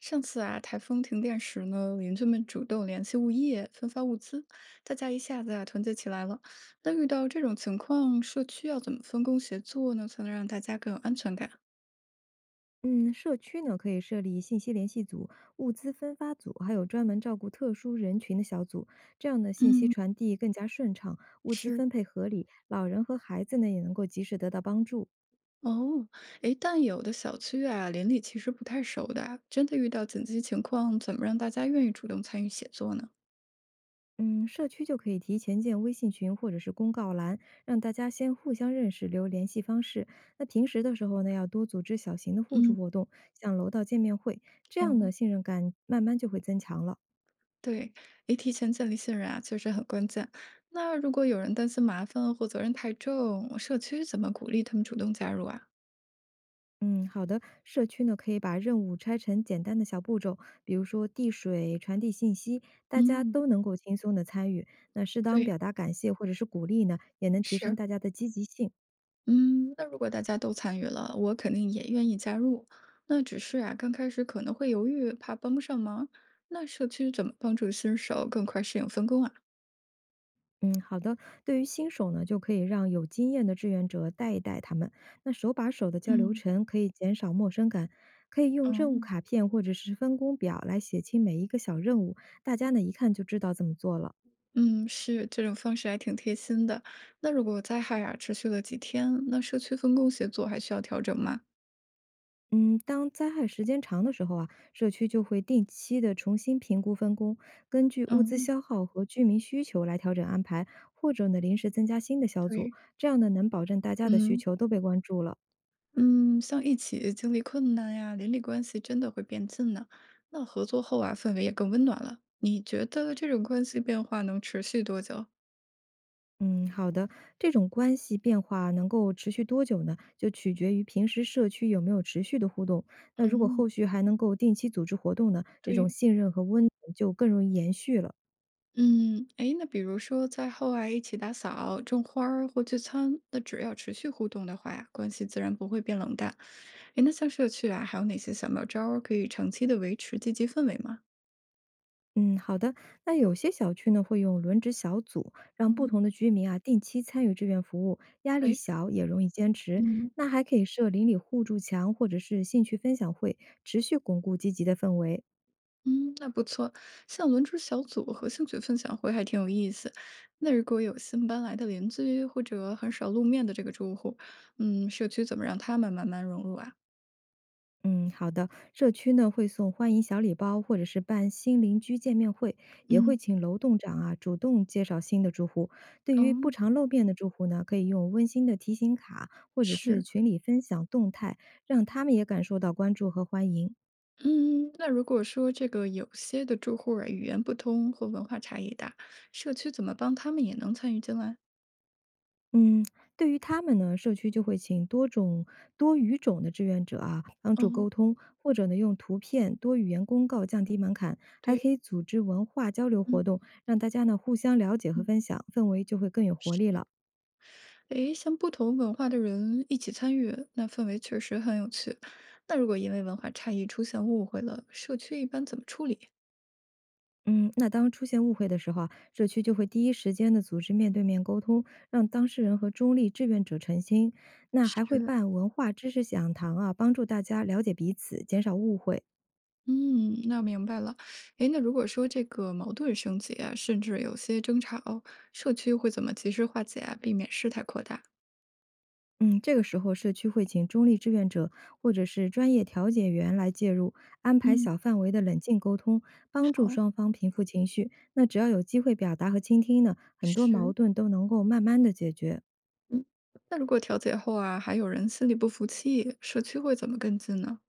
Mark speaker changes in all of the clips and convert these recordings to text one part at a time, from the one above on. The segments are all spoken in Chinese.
Speaker 1: 上次啊，台风停电时呢，邻居们主动联系物业分发物资，大家一下子啊团结起来了。那遇到这种情况，社区要怎么分工协作呢，才能让大家更有安全感？
Speaker 2: 嗯，社区呢可以设立信息联系组、物资分发组，还有专门照顾特殊人群的小组，这样呢信息
Speaker 1: 嗯，
Speaker 2: 传递更加顺畅，物资
Speaker 1: 是，
Speaker 2: 分配合理，老人和孩子呢也能够及时得到帮助。
Speaker 1: 哦，诶，但有的小区啊，邻里其实不太熟的啊，真的遇到紧急情况，怎么让大家愿意主动参与协作呢？
Speaker 2: 嗯，社区就可以提前建微信群或者是公告栏，让大家先互相认识，留联系方式。那平时的时候呢，要多组织小型的互助
Speaker 1: 嗯，
Speaker 2: 活动，像楼道见面会，这样呢
Speaker 1: 哦，
Speaker 2: 信任感慢慢就会增强了。
Speaker 1: 对，诶，提前建立信任啊，确实很关键。那如果有人担心麻烦或责任太重，社区怎么鼓励他们主动加入啊？
Speaker 2: 嗯，好的。社区呢，可以把任务拆成简单的小步骤，比如说递水、传递信息，大家
Speaker 1: 嗯，
Speaker 2: 都能够轻松的参与。那适当
Speaker 1: 对，
Speaker 2: 表达感谢或者是鼓励呢，也能提升
Speaker 1: 是，
Speaker 2: 大家的积极性。
Speaker 1: 嗯，那如果大家都参与了，我肯定也愿意加入。那只是啊，刚开始可能会犹豫，怕帮不上忙。那社区怎么帮助新手更快适应分工啊？
Speaker 2: 嗯，好的。对于新手呢，就可以让有经验的志愿者带一带他们。那手把手的教流
Speaker 1: 嗯，
Speaker 2: 程可以减少陌生感，可以用任务
Speaker 1: 哦，
Speaker 2: 卡片或者是分工表来写清每一个小任务，大家呢一看就知道怎么做了。
Speaker 1: 嗯，是，这种方式还挺贴心的。那如果灾害啊持续了几天，那社区分工协作还需要调整吗？
Speaker 2: 嗯，当灾害时间长的时候啊，社区就会定期的重新评估分工，根据物资
Speaker 1: 嗯。
Speaker 2: 消耗和居民需求来调整安排，或者呢临时增加新的小组，
Speaker 1: 对，
Speaker 2: 这样呢能保证大家的需
Speaker 1: 嗯。
Speaker 2: 求都被关注了。
Speaker 1: 嗯，像一起经历困难呀，邻里关系真的会变近呢。那合作后啊，氛围也更温暖了。你觉得这种关系变化能持续多久？
Speaker 2: 嗯，好的，这种关系变化能够持续多久呢？就取决于平时社区有没有持续的互动。那如果
Speaker 1: 嗯，
Speaker 2: 后续还能够定期组织活动呢，这种
Speaker 1: 对，
Speaker 2: 信任和温度就更容易延续了。
Speaker 1: 嗯，哎，那比如说在后啊一起打扫、种花儿或聚餐，那只要持续互动的话呀，关系自然不会变冷淡。哎，那像社区啊，还有哪些小妙招儿可以长期的维持积极氛围吗？
Speaker 2: 嗯，好的。那有些小区呢会用轮值小组，让不
Speaker 1: 嗯，
Speaker 2: 同的居民啊定期参与志愿服务，压力
Speaker 1: 对，
Speaker 2: 小也容易坚持。
Speaker 1: 嗯
Speaker 2: 那还可以设邻里互助墙或者是兴趣分享会，持续巩固积极的氛围。
Speaker 1: 嗯，那不错，像轮值小组和兴趣分享会还挺有意思。那如果有新搬来的邻居或者很少露面的这个住户，嗯，社区怎么让他们慢慢融入啊？
Speaker 2: 嗯，好的。社区呢会送欢迎小礼包，或者是办新邻居见面会，也会
Speaker 1: 嗯，
Speaker 2: 请楼栋长啊主动介绍新的住户。对
Speaker 1: 哦，
Speaker 2: 于不常露面的住户呢，可以用温馨的提醒卡，或者是
Speaker 1: 是，
Speaker 2: 群里分享动态，让他们也感受到关注和欢迎。
Speaker 1: 嗯，那如果说这个有些的住户啊，语言不通或文化差异大，社区怎么帮他们也能参与进来？
Speaker 2: 嗯，对于他们呢，社区就会请多语种的志愿者啊，帮
Speaker 1: 哦，
Speaker 2: 助沟通，或者呢用图片、多语言公告降低门槛，还
Speaker 1: 对，
Speaker 2: 可以组织文化交流活
Speaker 1: 嗯
Speaker 2: 动，让大家呢互相了解和
Speaker 1: 嗯，
Speaker 2: 分享，氛围就会更有活
Speaker 1: 是。
Speaker 2: 力了。
Speaker 1: 诶，像不同文化的人一起参与，那氛围确实很有趣。那如果因为文化差异出现误会了，社区一般怎么处理？
Speaker 2: 嗯，那当出现误会的时候啊，社区就会第一时间的组织面对面沟通，让当事人和中立志愿者澄清。那还会
Speaker 1: 是，
Speaker 2: 办文化知识讲堂啊，帮助大家了解彼此，减少误会。
Speaker 1: 嗯，那明白了。诶，那如果说这个矛盾升级啊，甚至有些争吵，社区会怎么及时化解啊，避免事态扩大？
Speaker 2: 嗯，这个时候社区会请中立志愿者或者是专业调解员来介入，安排
Speaker 1: 嗯，
Speaker 2: 小范围的冷静沟通，帮助
Speaker 1: 好，
Speaker 2: 双方平复情绪。那只要有机会表达和倾听呢，很多矛
Speaker 1: 是，
Speaker 2: 盾都能够慢慢的解决。
Speaker 1: 嗯，那如果调解后啊，还有人心里不服气，社区会怎么跟进呢？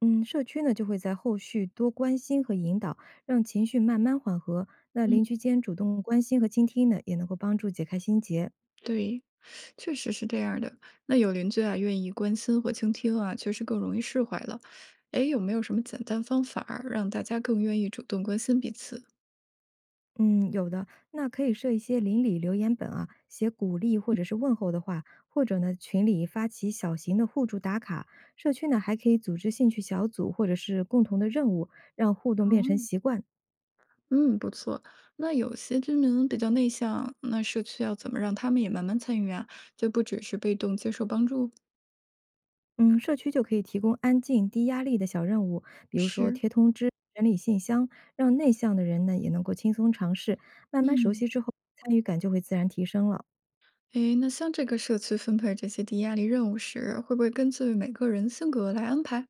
Speaker 2: 嗯，社区呢就会在后续多关心和引导，让情绪慢慢缓和。那邻居间主动关心和倾听呢，也能够帮助解开心结。
Speaker 1: 对，确实是这样儿的。那有邻居啊，愿意关心或倾听啊，确实更容易释怀了。哎，有没有什么简单方法儿让大家更愿意主动关心彼此？
Speaker 2: 嗯，有的，那可以设一些邻里留言本啊，写鼓励或者是问候的话，或者呢，群里发起小型的互助打卡。社区呢，还可以组织兴趣小组或者是共同的任务，让互动变成
Speaker 1: 哦，
Speaker 2: 习惯。
Speaker 1: 嗯，不错。那有些居民比较内向，那社区要怎么让他们也慢慢参与啊？就不只是被动接受帮助。
Speaker 2: 嗯，社区就可以提供安静、低压力的小任务，比如说
Speaker 1: 是，
Speaker 2: 贴通知、整理信箱，让内向的人呢也能够轻松尝试。慢慢熟
Speaker 1: 嗯，
Speaker 2: 悉之后，参与感就会自然提升了。
Speaker 1: 诶，那像这个社区分配这些低压力任务时，会不会根据每个人性格来安排？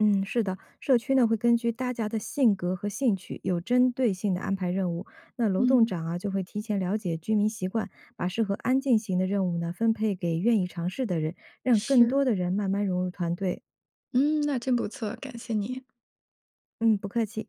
Speaker 2: 嗯，是的，社区呢会根据大家的性格和兴趣，有针对性的安排任务。那楼栋
Speaker 1: 嗯，
Speaker 2: 长啊就会提前了解居民习惯，把适合安静型的任务呢分配给愿意尝试的人，让更
Speaker 1: 是。
Speaker 2: 多的人慢慢融入团队。
Speaker 1: 嗯，那真不错，感谢你。
Speaker 2: 嗯，不客气。